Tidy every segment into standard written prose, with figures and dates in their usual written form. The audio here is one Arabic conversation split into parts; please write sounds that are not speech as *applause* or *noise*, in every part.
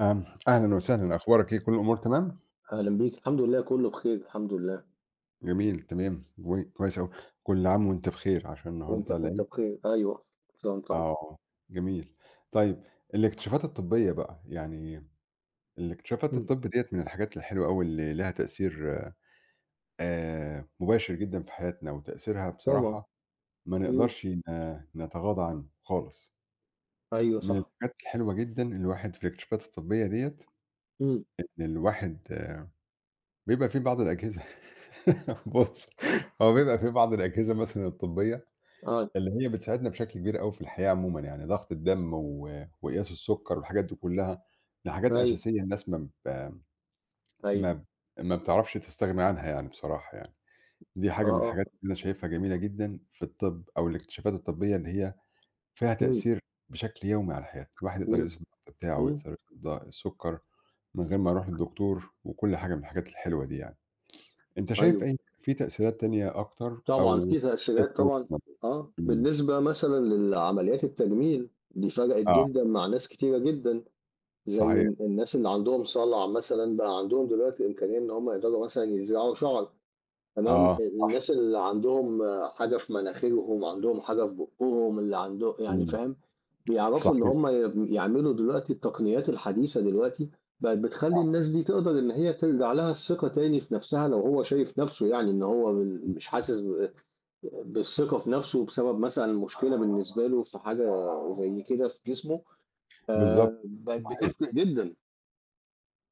أهلًا وسهلًا، أخبارك إيه؟ كل الأمور تمام؟ أهلا بيك، الحمد لله كله بخير، الحمد لله. جميل، تمام، و كويس أوي، كل عام وأنت بخير عشان وأنت النهارده وأنت العيد، بخير، أيوه. كل عام، طيب. آه، جميل. طيب الاكتشافات الطبية بقى، يعني الاكتشافات مم. الطب ديّة من الحاجات الحلوة أوي اللي ليها تأثير مباشر جدًا في حياتنا، وتأثيرها طبعا. بصراحة ما مم. نقدرش ن نتغاضى عنه خالص. أيوه من صح. الحاجات الحلوة جدًا الواحد في الاكتشافات الطبية ديّة مم. إن الواحد بيبقى في بعض الأجهزة. *laughs* بُص، هو بيبقى في بعض الأجهزة مثلًا الطبية، أيوه، اللي هي بتساعدنا بشكل كبير أوي في الحياة عمومًا، يعني ضغط الدم وقياس السُكّر والحاجات دي كلّها، دي حاجات أيوه، أساسية الناس ب أيوه. ما ب ما بتعرفش تستغنى عنها يعني بصراحة يعني، دي أه، حاجة من الحاجات أه. اللي أنا شايفها جميلة جدًا في الطِب أو الاكتشافات الطبية اللي هي فيها مم. تأثير بشكل يومي على حياتنا، الواحد يقدر وال- يقيس الضغط بتاعه مم. ويقدر يقيس السُكّر من غير ما يروح للدكتور وكل حاجة من الحاجات الحلوة دي يعني. أنت شايف أيوه، أي في تأثيرات تانية أكتر طبعا أو في شايف تأثيرات إيه وجهة طبعا. نظرك؟ أه، إمم، بالنسبة مثلا للعمليات التجميل دي فرقت آه، جدا مع ناس كتيرة جدا، زي صحيح، الناس اللي عندهم صلع مثلا، بقى عندهم دلوقتي إمكانية إن هم يقدروا مثلا يزرعوا شعر. تمام. آه، الناس اللي عندهم حاجة في مناخيرهم، عندهم حاجة في بقهم، اللي عنده يعني إمم، فاهم، بيعرفوا ان صحيح، هم يعملوا دلوقتي التقنيات الحديثة. دلوقتي بقت بتخلي الناس دي تقدر ان هي ترجع لها الثقة تاني في نفسها، لو هو شايف نفسه يعني ان هو إمم، مش حاسس بالثقة في نفسه، بسبب مثلا مشكلة بالنسبة له في حاجة زي كده في جسمه. بالضبط، آه، بقت صحيح، بتفرق جدا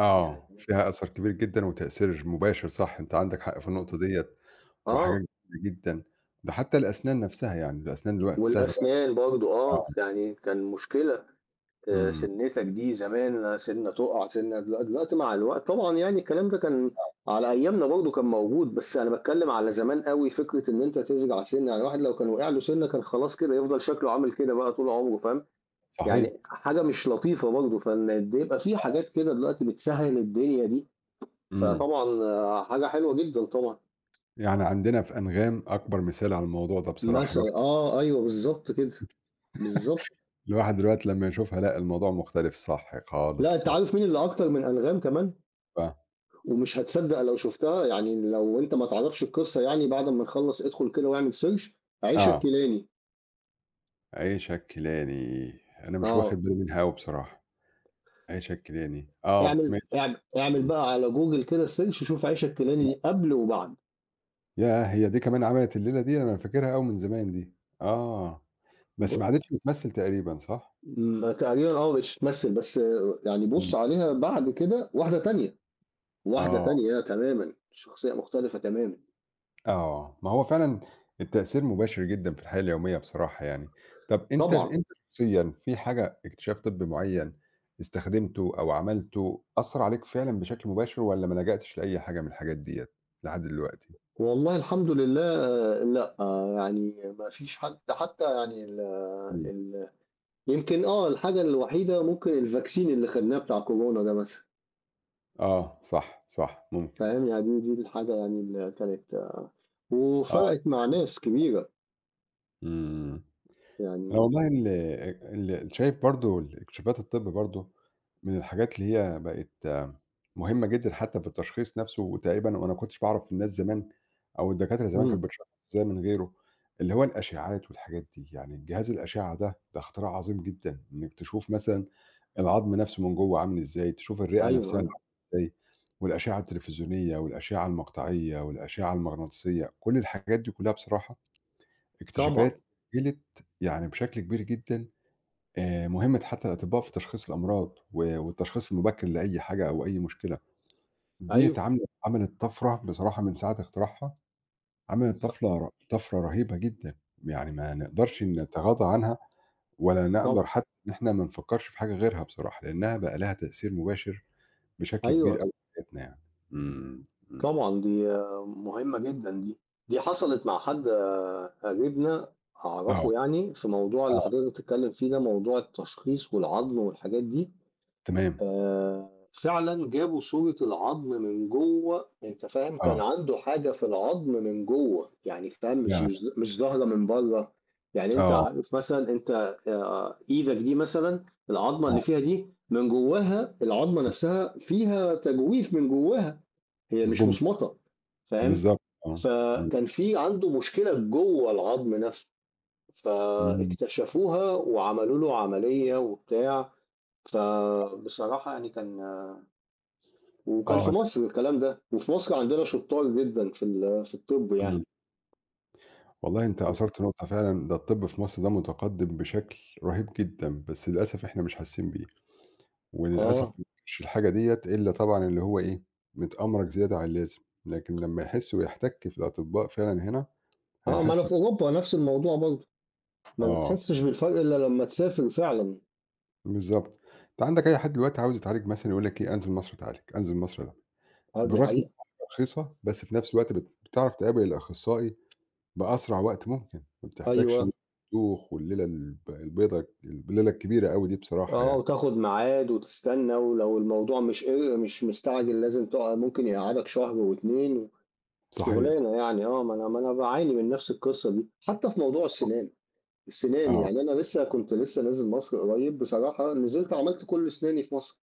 آه، يعني. فيها أثر كبير جدًا وتأثير مباشر صح، أنت عندك حق في النقطة ديّة، وحاجات اه كتيرة جدًا، ده حتى الأسنان نفسها يعني، الأسنان دلوقتي نفسها دلوقتي، والاسنان برضو آه، يعني كان مشكلة. آه، إمم، سنتك دي زمان، سنة تقع سنة، دلوقتي مع الوقت طبعا، يعني الكلام ده كان على ايامنا برضه كان موجود، بس انا بتكلم على زمان قوي. فكرة ان انت تزرع سنة، يعني واحد لو كان وقع له سنة كان خلاص كده يفضل شكله عامل كده بقى طول عمره فاهم، صحيح، يعني حاجة مش لطيفة برضه. فان قد إيه يبقى في حاجات كده دلوقتي بتسهل الدنيا دي. إمم، فطبعا حاجة حلوة جدا طبعا. يعني عندنا في أنغام أكبر مثال على الموضوع ده بصراحة، الواحد مثلا اه، ايوه بالظبط كده، بالظبط. الواحد دلوقتي لمّا يشوفها لأ، الموضوع مختلف صح خالص، لا، انت خالص، عارف مين اللي اكتر من انغام كمان؟ ف ومش هتصدّق لو شُفتها، يعني لو أنت ما تعرفش القصة، يعني بعد أمّا نخلّص ادخل كده واعمل search. عيش آه. الكيلاني. عيش الكيلاني، أنا مش واخد آه، بالي منها أوي بصراحة، عيش الكيلاني، آه اعمل ماشي، اعم اعمل إمم، بقى على Google كده search، شوف عيش إمم. الكيلاني قبل وبعد. ياه! هي دي كمان عملت الليلة دي، أنا فاكرها أوي من زمان دي، آه، بس ما ب عادتش بتمثّل تقريبًا صح؟ م تقريبًا. آه، مش بتمثّل بس. آه، يعني بُص إمم، عليها بعد كده، واحدة تانية، واحدة آه، تانية تمامًا، شخصية مختلفة تمامًا. آه، ما هو فعلًا التأثير مباشر جدًا في الحياة اليومية بصراحة يعني، طَب أنت طبعًا. أنت شخصيًا في حاجة اكتشاف طبّي معيّن استخدمته أو عملته أثّر عليك فعلًا بشكل مباشر والّا ما لجأتش لأي حاجة من الحاجات ديّة لحد دلوقتي؟ والله الحمد لله. آه، لأ، آه، يعني ما فيش حد حتى، يعني ال إمم. ال يمكن آه، الحاجة الوحيدة ممكن الvaccine اللي خدناه بتاع كورونا ده مثلًا. آه، صح، صح، ممكن. فاهم؟ يعني دي الحاجة يعني اللي كانت آه، وفرقت مع إمم. ناس كبيرة، إمم. يعني. أنا والله ال شايف برضه الاكتشافات الطِب برضه من الحاجات اللي هي بقت آه، مهمة جدًا حتى في التشخيص نَفْسه، وتقريبًا وأنا ما كنتش باعرف الناس زمان أو الدكاترة زمان إمم، كانت بتشخّص إزاي من غيره، اللي هو الأشعّات والحاجات دي، يعني جهاز الأشعّة ده، ده اختراع عظيم جدًا، إنّك تشوف مثلًا العضم نَفْسه من جوّه عامل إزاي، تشوف الرئة أيوه، نَفْسها عاملة أيوه، إزاي، والأشعّة التلفزيونية والأشعّة المقطعية والأشعّة المغناطيسية، كل الحاجات دي كُلّها بصراحة طبعًا، اكتشافات سجلت يعني بشكل كبير جدًا، مهمة حتى الأطباء في تشخيص الأمراض والتشخيص المبكر لأي حاجة أو أي مشكلة، ديّة أيوه، عاملة عملت طفرة بصراحة من ساعة اختراعها، عملت ص طفلة ر طفرة رهيبة جدًا، يعني ما نقدرش نتغاضى عنها ولا طبعًا، نقدر حتى إن إحنا ما نفكّرش في حاجة غيرها بصراحة، لإنها بقى لها تأثير مباشر بشكل أيوه. كبير أوي في حياتنا يعني. إمم، إمم. طبعًا دي مهمة جدًا دي، دي حصلت مع حد قريبنا أعرفه، آه، يعني في موضوع آه، اللي حضرتك بتتكلم فيه ده، موضوع التشخيص والعضم والحاجات دي. تمام، آآ فعلًا جابوا صورة العضم من جوّه، أنت فاهم، كان آه، عنده حاجة في العضم من جوّه، يعني فاهم مش ياه! مش مش ظاهرة من برّه، يعني أنت آه، عارف مثلًا أنت، إيدك دي مثلًا، العضمة آه، اللي فيها دي من جوّاها العضمة نفسها فيها تجويف من جوّاها، هي مش مصمطة، فاهم، بالضبط، آه، إمم. فكان في عنده مشكلة جوّه العضم نفسه، إمم. فاكتشفوها وعملوا له عملية وبتاع. فبصراحة يعني كان، وكان في آه، ده مصر الكلام ده، وفي مصر عندنا شطار جدًا في الطب إمم. يعني. والله أنت أثرت نقطة فعلًا، ده الطب في مصر ده متقدم بشكل رهيب جدًا، بس للأسف إحنا مش حاسين بيه، وللأسف آه، مش الحاجة ديّة إلا طبعًا اللي هو إيه، متأمرج زيادة عن اللازم، لكن لمّا يحس ويحتك في الأطباء فعلًا هنا آه، ما أنا هيحس، في أوروبا نفس الموضوع برضه، ما آه، بتحسش بالفرق إلا لمّا تسافر فعلًا. بالضبط. أنت عندك أي حد دلوقتي عاوز يتعالج مثلًا يقول لك إيه أنزل مصر أتعالج، أنزل مصر أتعالج، آه، دي بالرغم إن حقيقة. الحاجة رخيصة بس في نفس الوقت بتعرف تقابل الأخصائي بأسرع وقت ممكن، ما بتحتاجش أيوه. توخ والليلة البيضة الليلة الكبيرة أوي دي بصراحة آه، يعني. وتاخد ميعاد وتستنى، ولو الموضوع مش مستعجل لازم تقع، ممكن يقعدك شهر و2 صحيح، شغلانة يعني. آه، ما أنا باعاني من نفس القصة دي، حتى في موضوع السنان. السنان آه، يعني أنا لسه كنت لسه نازل مصر قريب، بصراحة نزلت عملت كل سناني في مصر،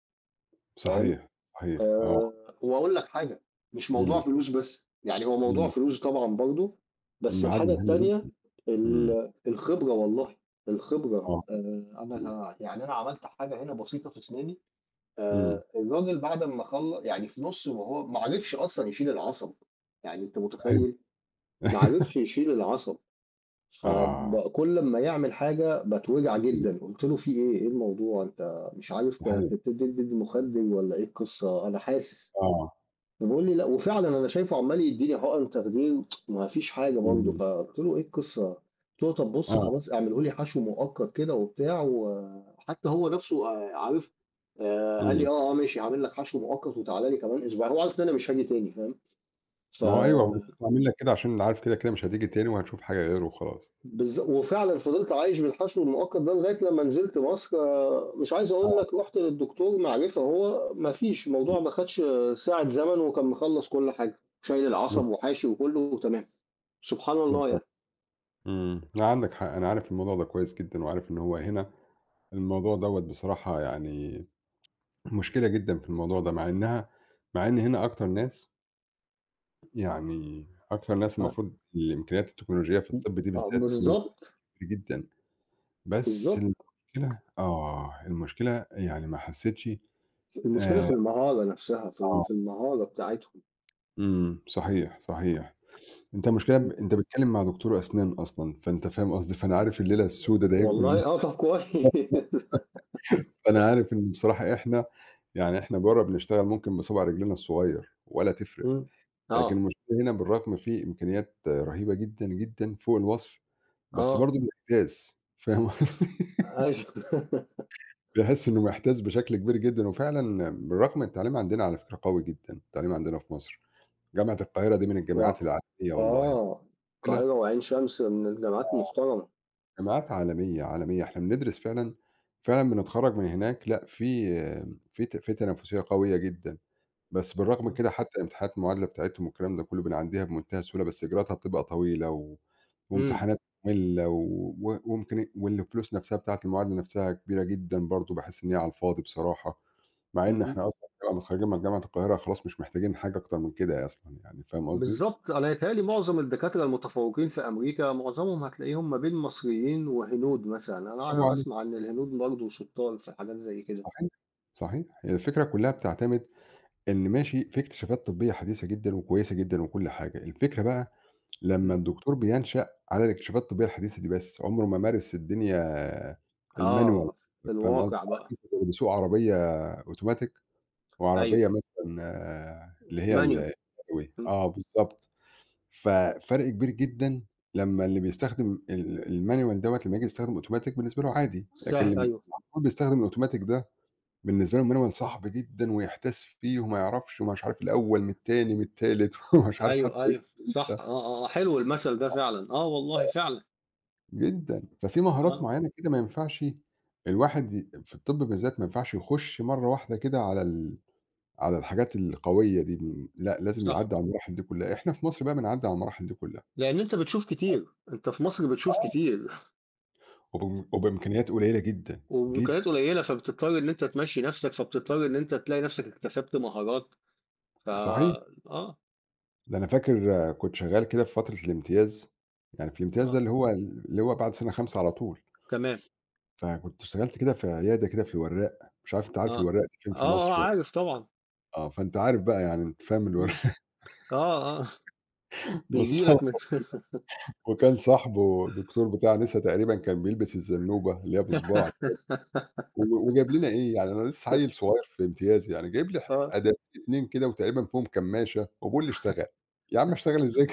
فاهم؟ صحيح، صحيح، آه، وأقول لك حاجة، مش موضوع إمم، فلوس بس، يعني هو موضوع إمم، فلوس طبعًا برضه، بس الميعاد الحاجة مهم التانية جدًا، ال إمم، الخبرة والله، الخبرة. آه، إمم، أنا يعني أنا عملت حاجة هنا بسيطة في أسناني، إمم، الراجل بعد أمّا يعني في نُص، وهو ما عرفش أصلًا يشيل العصب، يعني أنت متخيّل؟ *laughs* أيوه، ما أيوه، عرفش يشيل العصب. آه، كل أمّا يعمل حاجة باتوجع إمم، جدًا، قُلت له: "في إيه، إيه الموضوع، أنت مش عارف ت صحيح، ت تدّي مخدر والّا إيه القصة، أنا حاسس." آه، وبيقول لي: "لأ." وفعلًا أنا شايفه عمّال يدّيني حُقَن تخدير، ما فيش حاجة برضه. إمم، فقُلت له: "إيه القصّة؟" قُلت له: "طَب بُص، آه، خلاص اعمله لي حشو مؤقت كده وبتاع." وحتى هو نَفْسه عارف، قال لي: إمم، "آه، آه، ماشي، هاعمل لك حشو مؤقت وتعالَ لي كمان أسبوع." هو عارف إن أنا مش هاجي تاني، فاهم؟ ف ما هو أيوه بالضبط، عامل لك كده عشان عارف كده، كده مش هتيجي تاني وهتشوف حاجة غيره وخلاص. وفعلًا فضلت عايش بالحشو المؤقت ده لغاية لمّا نزلت مصر. آه، مش عايز آه، أقول لك، رُحت للدكتور معرفة هو، ما فيش، إمم، الموضوع ما خدش ساعة زمن وكان مخلّص كل حاجة، شايل العصب بالضبط، وحاشي وكُلّه وتمام. سبحان الله بالضبط، يعني. إمم، لأ عندك حق، أنا عارف الموضوع ده كويس جدًا، وعارف إن هو هنا الموضوع دوّة بصراحة يعني مشكلة جدًا في الموضوع ده، مع إنها مع إن هنا أكتر ناس يعني أكتر ناس آه. المفروض الإمكانيات التكنولوجية في الطب دي آه، بالذات موجودة بالضبط. كتير جدًا، بس بالضبط. المشكلة آه، المشكلة يعني ما حسيتش، المشكلة في آآ المهارة نفسها، آه، في المهارة بتاعتهم. إمم، صحيح، صحيح. أنت المشكلة إمم. أنت بتتكلم مع دكتور أسنان أصلًا، فأنت فاهم قصدي، فأنا عارف الليلة إمم. السودا دي كلها، والله آه، طب كويس. *laughs* فأنا عارف إن بصراحة إحنا يعني إحنا برّه بنشتغل ممكن بصابع رجلنا الصغير ولا *laughs* تفرق. إمم. لكن آه، المشكلة هنا بالرغم في إمكانيات رهيبة جدًا، جدًا فوق الوصف، بس آه، برضه بيحتاس، فاهم قصدي؟ *laughs* أيوه. *laughs* بيحس إنه محتاس بشكل كبير جدًا، وفعلًا بالرغم التعليم عندنا على فكرة قوي جدًا، التعليم عندنا في مصر، جامعة القاهرة دي من و الجامعات العالمية والله، آه، المشكلة القاهرة وعين شمس من الجامعات المحترمة. جامعات عالمية، عالمية، إحنا بندرس فعلًا، فعلًا بنتخرّج من هناك لأ في في ت في تنافسية قوية جدًا. بس بالرغم من آه. كده حتى امتحانات المعادلة بتاعتهم والكلام ده كله بنعدّيها بمنتهى السهولة، بس إجراءاتها بتبقى طويلة و إمم، وامتحانات مملة وممكن واللي الفلوس نفسها بتاعة المعادلة نفسها كبيرة جدًا برضه، باحس إن هي على الفاضي بصراحة، مع إمم، إن إحنا إمم. أصلًا بنبقى متخرّجين من جامعة القاهرة خلاص مش محتاجين حاجة أكتر من كده أصلًا يعني، فاهم قصدي؟ بالضبط. أنا يتهيأ لي معظم الدكاترة المتفوقين في أمريكا، معظمهم هتلاقيهم ما بين مصريين وهنود مثلًا. أنا برافو عليك، أسمع إن الهنود برضه شطار في حاجات زي كده. صحيح، صحيح، هي الفكرة كلّها بتعتمد إن ماشي في اكتشافات طبية حديثة جدًا وكويسة جدًا وكل حاجة، الفكرة بقى لمّا إمم. الدكتور بينشأ على الاكتشافات الطبية الحديثة دي بس، عمره ما مارس الدنيا الmanual، آه، في فاهم قصدي؟ الواقع بقى. عارف أنت اللي بيسوق عربية أوتوماتيك أيوه. وعربية مثلًا آه، اللي هي ال manual. اليدوية إمم. آه بالضبط، ففرق كبير جدًا لمّا اللي بيستخدم الmanual دوّة لمّا ييجي يستخدم أوتوماتيك بالنسبة له عادي، لكن اللي أيوه، على طول بيستخدم الأوتوماتيك ده بالنسبة له manual صعب جدًا ويحتاس فيه وما يعرفش ومش عارف الأول من التاني من التالت *laughs* ومش عارف أيوه، حتى أيوه، صح، آه، آه، آه، حلو المثل ده فعلًا، آه والله فعلًا. جدًا، ففي مهارات آه، معيّنة كده ما ينفعش الواحد في الطب بالذات ما ينفعش يخش مرّة واحدة كده على على الحاجات القوية دي، لأ لازم صح. يعدّي على المراحل دي كلّها، إحنا في مصر بقى بنعدّي على المراحل دي كلّها، لأن أنت بتشوف كتير، أنت في مصر بتشوف كتير. *laughs* وبإمكانيات قليلة جدًا، جدًا، وإمكانيات قليلة، فبتضطر إن أنت تمشّي نَفْسك، فبتضطر إن أنت تلاقي نَفْسك اكتسبت مهارات. ف صحيح، آه، ده أنا فاكر آه، كنت شغّال كده في فترة الامتياز، يعني في الامتياز ده آه، اللي هو بعد سنة 5 على طول، تمام. فكنت اشتغلت كده في عيادة كده في الوراق، مش عارف أنت آه، عارف آه، الوراق دي فين في آه، مصر؟ عارف طبعًا. آه، فأنت عارف بقى يعني أنت فاهم إمم، الوراق، آه، آه، *laughs* بييجي لك من. مستوصف وكان صاحبه دكتور بتاع نسا تقريبًا كان بيلبس الزنوبة اللي هي بصباع *laughs* وجاب لنا إيه، يعني أنا لسه عيل صغير في امتياز يعني، جايب لي آه، أداتين 2 كده وتقريبًا فيهم كمّاشة وبيقول لي اشتغل، يا عم اشتغل إزاي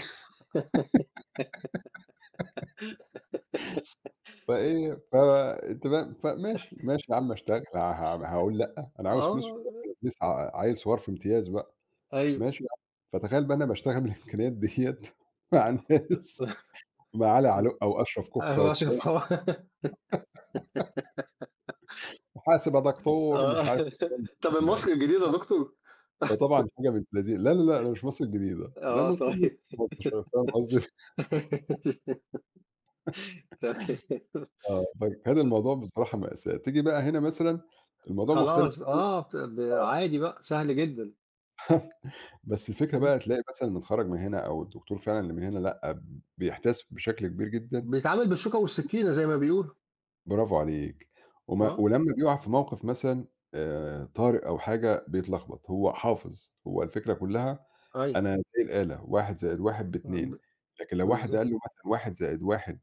*laughs* فإيه، فأنت فاهم، فماشي، ماشي يا عم اشتغل هاقول لأ، أنا عاوز فلوس في آه، الآخر، لسه عيل صغير في امتياز بقى، أيوه. ماشي يا عم، فتخيل بقى أنا باشتغل بالإمكانيات ديّة *laughs* مع ناس *laughs* مع علي وأشرف كُخّة أبو وبتاع، أشرف، آه. *laughs* وحاسب يا دكتور ومش آه. عارف الكلام ده طَب كله يعني. الماسك الجديد يا دكتور؟ فطبعًا حاجة بنت لذي لا، لا، لأ، ده مش مصر الجديدة، ده آه من قبل طيب. مصر شوية، فاهم قصدي؟ *laughs* تمام. آه، فكان الموضوع بصراحة مأساة، تيجي بقى هنا مثلًا الموضوع مختلف خلاص آه، بت ب آه، عادي بقى، سهل جدًا. بس الفكرة إمم. بقى تلاقي مثلًا المتخرّج من هنا أو الدكتور فعلًا اللي من هنا لأ، بيحتاس بشكل كبير جدًا، بيتعامل بالشوكة والسكينة زي ما بيقولوا. برافو عليك. آه، ولمّا بيُقع في موقف مثلًا طارئ أو حاجة بيتلخبط، هو حافظ، هو الفكرة كلّها أيوه، أنا زي الآلة 1+1 ب2، ب لكن لو واحد بالضبط. قال له مثلًا 1+1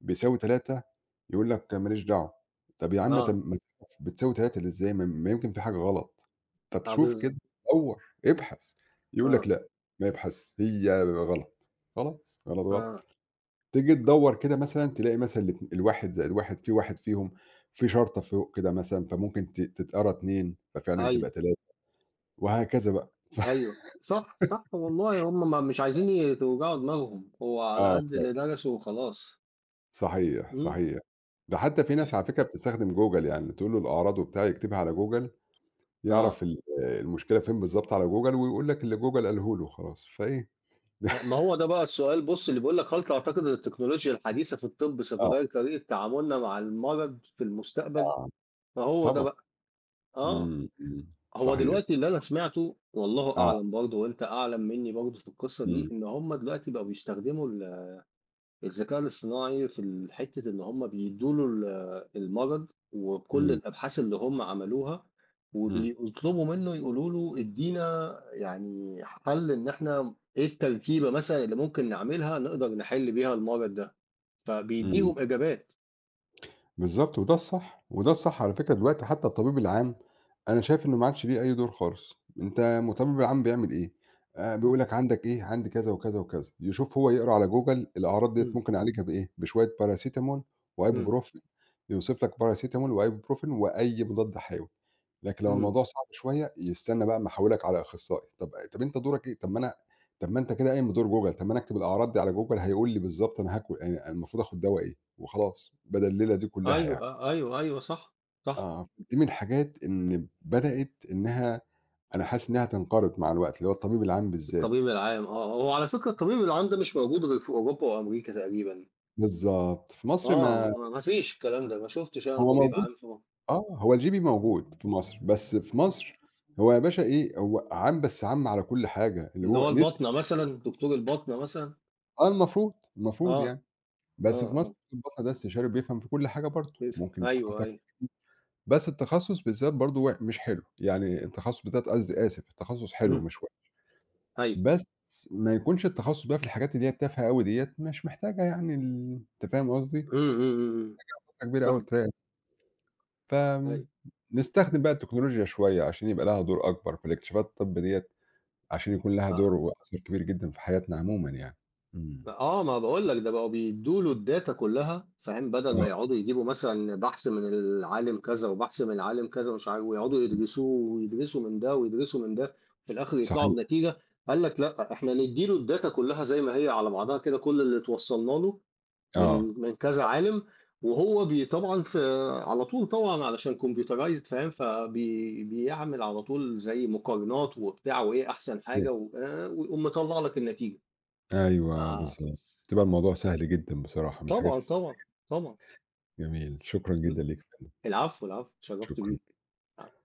بيساوي 3 يقول لك ما ليش دعوة، طَب يا عم طَب آه، ما تعرف بتساوي 3 إزاي ما يمكن في حاجة غلط، طَب آه شوف كده، بالضبط. دوّر، ابحث، يقول آه، لك لأ، ما يبحثش، هي غلط، خلاص غلط، غلط. آه، تيجي تدوّر كده مثلًا تلاقي مثلًا الواحد زائد واحد في واحد فيهم في شرطة فوق كده مثلًا، فممكن تتقرا 2 ففعلًا أيوه، تبقى 3 وهكذا بقى. *laughs* ف أيوه، صح، صح والله. هم ما مش عايزين توجعوا دماغهم، هو على آه قد فعلًا، اللي درسه وخلاص. صحيح، إمم، صحيح. ده حتى في ناس على فكرة بتستخدم Google يعني تقول له الأعراض وبتاع يكتبها على Google آه. يعرف المشكلة فين بالضبط على Google ويقول لك اللي Google قاله له خلاص، فإيه، ما *laughs* هو ده بقى السؤال بُص، اللي بيقول لك: هل تعتقد إن التكنولوجيا الحديثة في الطب آه، ستغيّر طريقة تعاملنا مع المرض في المستقبل؟ آه، فهو ده طبعًا. بقى. آه. إمم، إمم، هو صحيح. دلوقتي اللي أنا سمعته والله آه، أعلم، برضه وأنت أعلم منّي برضه في القصة دي، إمم، إن هُم دلوقتي بقوا بيستخدموا الذكاء الاصطناعي في حتة إن هم بيدوا له المرض وكل إمم، الأبحاث اللي هم عملوها، إمم، وبيطلبوا منه يقولوا له: ادينا يعني حل، إن إحنا إيه التركيبة مثلا اللي ممكن نعملها نقدر نحل بيها المرض ده، إمم. فبيديهم إجابات. بالضبط، وده الصح، وده الصح على فكرة دلوقتي حتى الطبيب العام أنا شايف إنه ما عادش ليه أي دور خالص، أنت الطبيب العام بيعمل إيه؟ بيقول لك عندك إيه، عندي كذا وكذا وكذا، يشوف هو يقرا على جوجل الأعراض ديّة مم. ممكن أعالجها إمم. بإيه، بشوية باراسيتامول مم. وأيبوبروفين، يوصف لك باراسيتامول وأيبوبروفين وأي مضاد حيوي، لكن لو مم. الموضوع صعب شوية يستنى بقى أمّا أحوّلك على أخصائي، طب أنت دورك إيه؟ طب ما أنا طب ما أنت كده قايم بدور جوجل، طب ما أنا أكتب الأعراض دي على جوجل هيقول لي بالضبط أنا هاكل المفروض آخد دوا إيه. وخلاص، بدل الليلة دي كلّها ايوه، يعني. آه، ايوه، ايوه، صح. صح. آه. دي من الحاجات إن بدأت إنّها أنا حاسس إنّها تنقرض مع الوقت، اللي هو الطبيب العام بالذات. الطبيب العام، هو على فكره الطبيب العام ده مش موجود غير في اوروبا وامريكا تقريبا. بالضبط. في مصر آه، ما ما فيش الكلام ده، ما شفتش أنا هو طبيب موجود، عام في آه. هو الGP موجود في مصر، بس في مصر. مصر هو يا باشا إيه، هو عام بس عام على كل حاجة، اللي اللي هو هو نسي، الباطنة مثلًا، دكتور الباطنة مثلًا. آه المفروض، المفروض آه، يعني. آه، بس في مصر آه، طبيب الباطنة ده استشاري بيفهم في كل حاجة برضه، وممكن أيوه، يشخّص لك أيوه. بس التخصُص بالذات برضه مش حلو، يعني التخصُص بالذات قصدي آسف، التخصُص حلو إمم، مش أيوه، بس ما يكونش التخصُّص بقى في الحاجات اللي هي التافهة أوي ديّة، مش محتاجة يعني أنت فاهم قصدي؟ *unintelligible* إمم، إمم، إمم، إمم، مساحة كبيرة أوي فاهمك، تراقب، فآمم، أيوه، نستخدم بقى التكنولوجيا شوية عشان يبقى لها دور أكبر في الاكتشافات الطب ديّة، عشان يكون لها دور آه، وأثر كبير جدًا في حياتنا عمومًا يعني. إمم، آه. ما باقول لك ده بقوا بيدّوا له الdata كلّها فاهم، بدل آه، ما يقعدوا يجيبوا مثلًا بحث من العالم كذا، وبحث من العالم كذا ومش عارف، ويقعدوا إمم، يدرسوه ويدرسوا من ده ويدرسوا من ده، في الآخر يطلعوا صحيح، بنتيجة. قال لك لأ، إحنا ندّي له الdata كلّها زي ما هي على بعضها كده، كل اللي اتوصلنا له آه، من كذا عالم، وهو طبعًا في، على طول طبعًا علشان computerized فاهم؟ بيعمل على طول زي مقارنات وبتاع وإيه أحسن صحيح، حاجة، و ويقوم مطلّع لك النتيجة. ف أيوه بالضبط، بتبقى ف الموضوع سهل جدًا بصراحة، من الحاجات طبعًا، طبعًا، طبعًا. جميل، شكرًا إمم. جدًا ليك، العفو، العفو، اتشرّفت شكرًا. بيك. العفو.